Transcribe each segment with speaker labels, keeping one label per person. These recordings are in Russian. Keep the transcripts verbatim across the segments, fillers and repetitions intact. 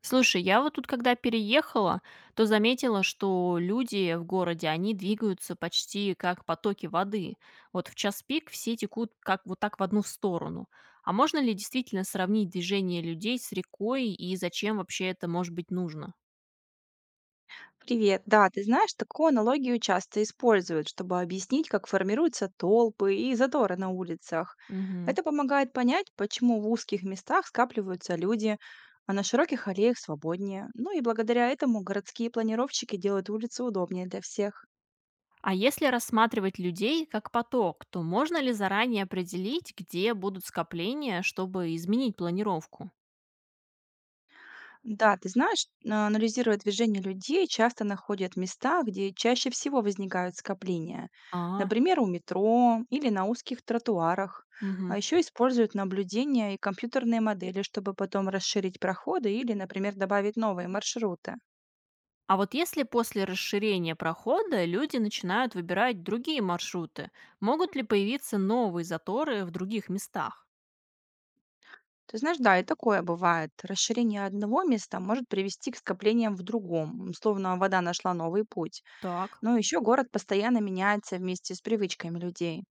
Speaker 1: Слушай, я вот тут, когда переехала, то заметила, что люди в городе, они двигаются почти как потоки воды. Вот в час пик все текут как вот так в одну сторону. А можно ли действительно сравнить движение людей с рекой и зачем вообще это может быть нужно?
Speaker 2: Привет. Да, ты знаешь, такую аналогию часто используют, чтобы объяснить, как формируются толпы и заторы на улицах.
Speaker 1: Мгм.
Speaker 2: Это помогает понять, почему в узких местах скапливаются люди, а на широких аллеях свободнее. Ну и благодаря этому городские планировщики делают улицы удобнее для всех.
Speaker 1: А если рассматривать людей как поток, то можно ли заранее определить, где будут скопления, чтобы изменить планировку?
Speaker 2: Да, ты знаешь, а, анализируя движение людей, часто находят места, где чаще всего возникают скопления.
Speaker 1: А,
Speaker 2: Например, у метро или на узких тротуарах. А
Speaker 1: угу.
Speaker 2: еще используют наблюдения и компьютерные модели, чтобы потом расширить проходы или, например, добавить новые маршруты.
Speaker 1: А вот если после расширения прохода люди начинают выбирать другие маршруты, могут ли появиться новые заторы в других местах?
Speaker 2: Ты знаешь, да, и такое бывает. Расширение одного места может привести к скоплениям в другом, м, словно вода нашла новый путь.
Speaker 1: Так.
Speaker 2: Но еще город постоянно меняется вместе с привычками людей.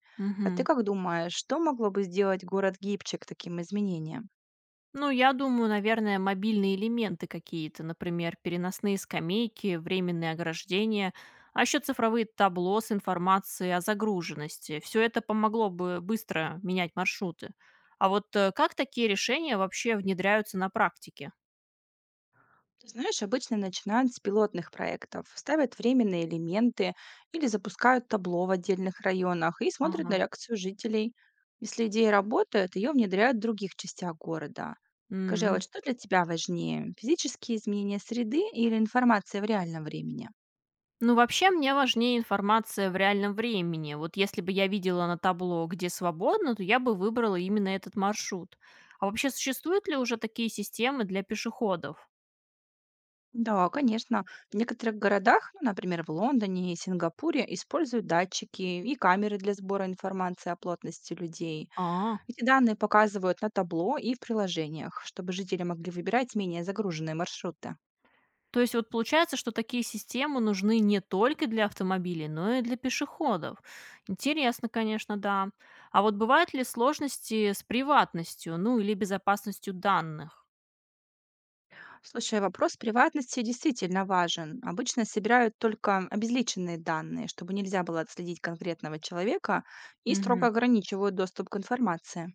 Speaker 2: А ты
Speaker 1: Мгм.
Speaker 2: как думаешь, что могло бы сделать город гибче к таким изменениям?
Speaker 1: Ну, я думаю, наверное, мобильные элементы какие-то, например, переносные скамейки, временные ограждения, а еще цифровые табло с информацией о загруженности. Все это помогло бы быстро менять маршруты. А вот э, как такие решения вообще внедряются на практике?
Speaker 2: Ты знаешь, обычно начинают с пилотных проектов, ставят временные элементы или запускают табло в отдельных районах и смотрят на
Speaker 1: Ага.
Speaker 2: реакцию жителей. Если идея работает, ее внедряют в других частях города. Скажи, а
Speaker 1: М.
Speaker 2: вот что для тебя важнее, физические изменения среды или информация в реальном времени?
Speaker 1: Ну, вообще, мне важнее информация в реальном времени. Вот если бы я видела на табло, где свободно, то я бы выбрала именно этот маршрут. А вообще, существуют ли уже такие системы для пешеходов?
Speaker 2: Да, конечно. В некоторых городах, ну, например, в Лондоне и Сингапуре, используют датчики и камеры для сбора информации о плотности людей.
Speaker 1: А,
Speaker 2: Эти данные показывают на табло и в приложениях, чтобы жители могли выбирать менее загруженные маршруты.
Speaker 1: то есть вот получается, что такие системы нужны не только для автомобилей, но и для пешеходов. Интересно, конечно, да. А вот бывают ли сложности с приватностью, ну или безопасностью данных?
Speaker 2: Слушай, вопрос приватности действительно важен. Обычно собирают только обезличенные данные, чтобы нельзя было отследить конкретного человека, и строго
Speaker 1: Мгм.
Speaker 2: ограничивают доступ к информации.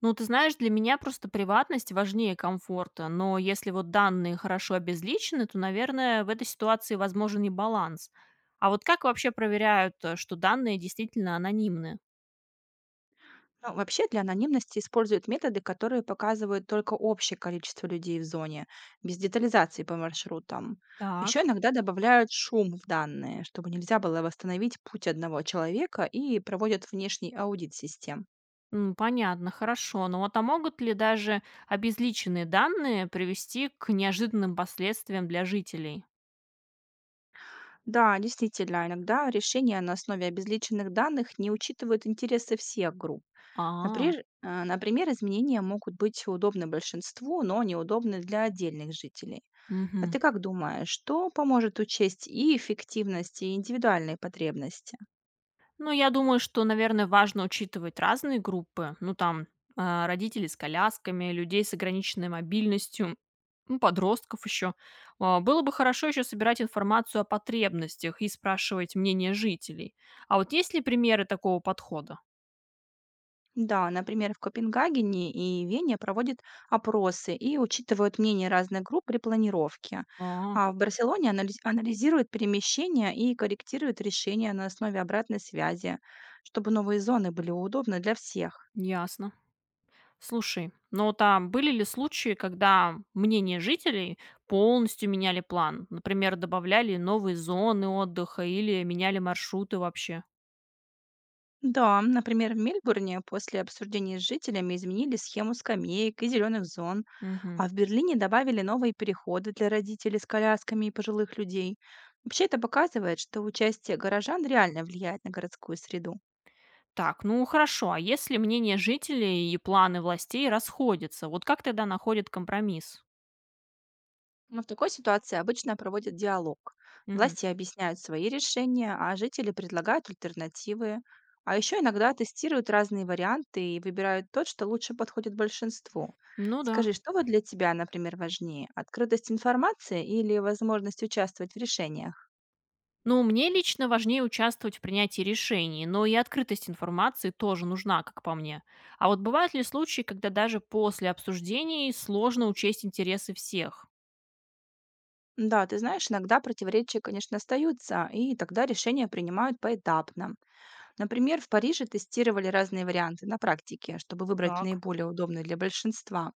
Speaker 1: Ну, ты знаешь, для меня просто приватность важнее комфорта, но если вот данные хорошо обезличены, то, наверное, в этой ситуации возможен и баланс. А вот как вообще проверяют, э, что данные действительно анонимны?
Speaker 2: Ну, вообще для анонимности используют методы, которые показывают только общее количество людей в зоне, без детализации по маршрутам. Еще
Speaker 1: Так,
Speaker 2: иногда добавляют шум в данные, чтобы нельзя было восстановить путь одного человека, и проводят внешний аудит систем.
Speaker 1: м, понятно, хорошо. Но вот а могут ли даже обезличенные данные привести к неожиданным последствиям для жителей?
Speaker 2: Да, действительно, иногда решения на основе обезличенных данных не учитывают интересы всех групп.
Speaker 1: А,
Speaker 2: Например, э, например, изменения могут быть удобны большинству, но неудобны для отдельных жителей. А
Speaker 1: угу.
Speaker 2: ты как думаешь, что поможет учесть и эффективность, и индивидуальные потребности?
Speaker 1: Ну, я думаю, что, наверное, важно учитывать разные группы. Ну, там, а, родителей с колясками, людей с ограниченной мобильностью, ну, подростков еще. А, Было бы хорошо еще собирать информацию о потребностях и спрашивать мнение жителей. А вот есть ли примеры такого подхода?
Speaker 2: Да, например, в Копенгагене и Вене проводят опросы и учитывают мнение разных групп при планировке.
Speaker 1: А,
Speaker 2: А в Барселоне анализ- анализируют перемещения и корректируют решения на основе обратной связи, чтобы новые зоны были удобны для всех.
Speaker 1: ясно. Слушай, ну там были ли случаи, когда мнение жителей полностью меняли план? Например, добавляли новые зоны отдыха или меняли маршруты вообще?
Speaker 2: Да, например, в Мельбурне после обсуждений с жителями изменили схему скамеек и зеленых зон,
Speaker 1: Мгм.
Speaker 2: а в Берлине добавили новые переходы для родителей с колясками и пожилых людей. Вообще это показывает, что участие горожан реально влияет на городскую среду.
Speaker 1: Так, ну хорошо, а если мнения жителей и планы властей расходятся, вот как тогда находят компромисс?
Speaker 2: Но в такой ситуации обычно проводят диалог.
Speaker 1: Мгм.
Speaker 2: Власти объясняют свои решения, а жители предлагают альтернативы. А еще иногда тестируют разные варианты и выбирают тот, что лучше подходит большинству.
Speaker 1: Ну да.
Speaker 2: Скажи, что вот для тебя, например, важнее? Открытость информации или возможность участвовать в решениях?
Speaker 1: Ну, мне лично важнее участвовать в принятии решений, но и открытость информации тоже нужна, как по мне. А вот бывают ли случаи, когда даже после обсуждений сложно учесть интересы всех?
Speaker 2: Да, ты знаешь, иногда противоречия, конечно, остаются, и тогда решения принимают поэтапно. Например, в Париже тестировали разные варианты на практике, чтобы выбрать
Speaker 1: Так.
Speaker 2: наиболее удобный для большинства.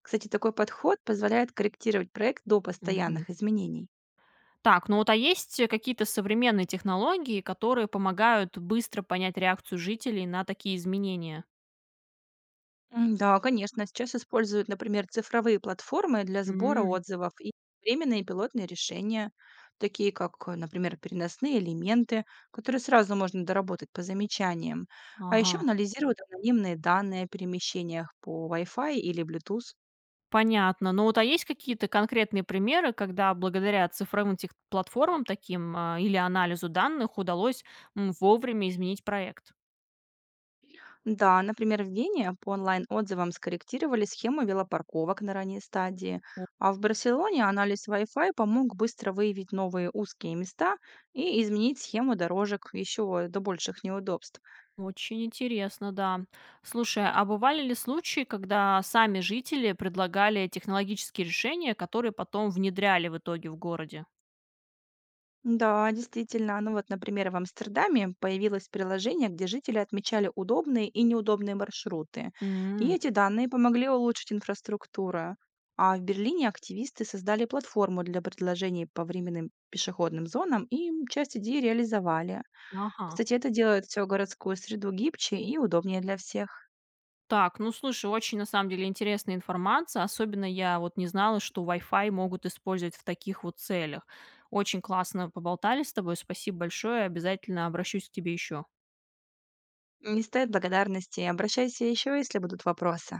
Speaker 2: Кстати, такой подход позволяет корректировать проект до
Speaker 1: Мгм.
Speaker 2: постоянных изменений.
Speaker 1: Так, ну вот а есть э, какие-то современные технологии, которые помогают быстро понять реакцию жителей на такие изменения?
Speaker 2: М, Да, конечно. Сейчас используют, например, цифровые платформы для сбора
Speaker 1: М,
Speaker 2: отзывов и временные пилотные решения, такие как, э, например, переносные элементы, которые сразу можно доработать по замечаниям. А еще
Speaker 1: Ага.
Speaker 2: анализируют анонимные данные о перемещениях по вай фай или блютус.
Speaker 1: Понятно. Ну вот, а есть какие-то конкретные примеры, когда благодаря цифровым тех платформам таким, а, или анализу данных удалось, м, вовремя изменить проект?
Speaker 2: Да, например, в Вене по онлайн-отзывам скорректировали схему велопарковок на ранней стадии,
Speaker 1: О,
Speaker 2: а в Барселоне анализ вай фай помог быстро выявить новые узкие места и изменить схему дорожек еще до больших неудобств.
Speaker 1: Очень интересно, да. Слушай, а бывали ли случаи, когда сами жители предлагали технологические решения, которые потом внедряли в итоге в городе?
Speaker 2: Да, действительно. Ну вот, например, в Амстердаме появилось приложение, где жители отмечали удобные и неудобные маршруты. И
Speaker 1: М,
Speaker 2: эти данные помогли улучшить инфраструктуру. А в Берлине активисты создали платформу для предложений по временным пешеходным зонам, и м, часть идей реализовали.
Speaker 1: Ага.
Speaker 2: Кстати, это делает всю городскую среду гибче и удобнее для всех.
Speaker 1: Так, ну слушай, очень на самом деле интересная информация. Особенно я вот не знала, что Wi-Fi могут использовать в таких вот целях. Очень классно поболтали с тобой. Спасибо большое. Обязательно обращусь к тебе еще.
Speaker 2: Не стоит благодарности, обращайся еще, если будут вопросы.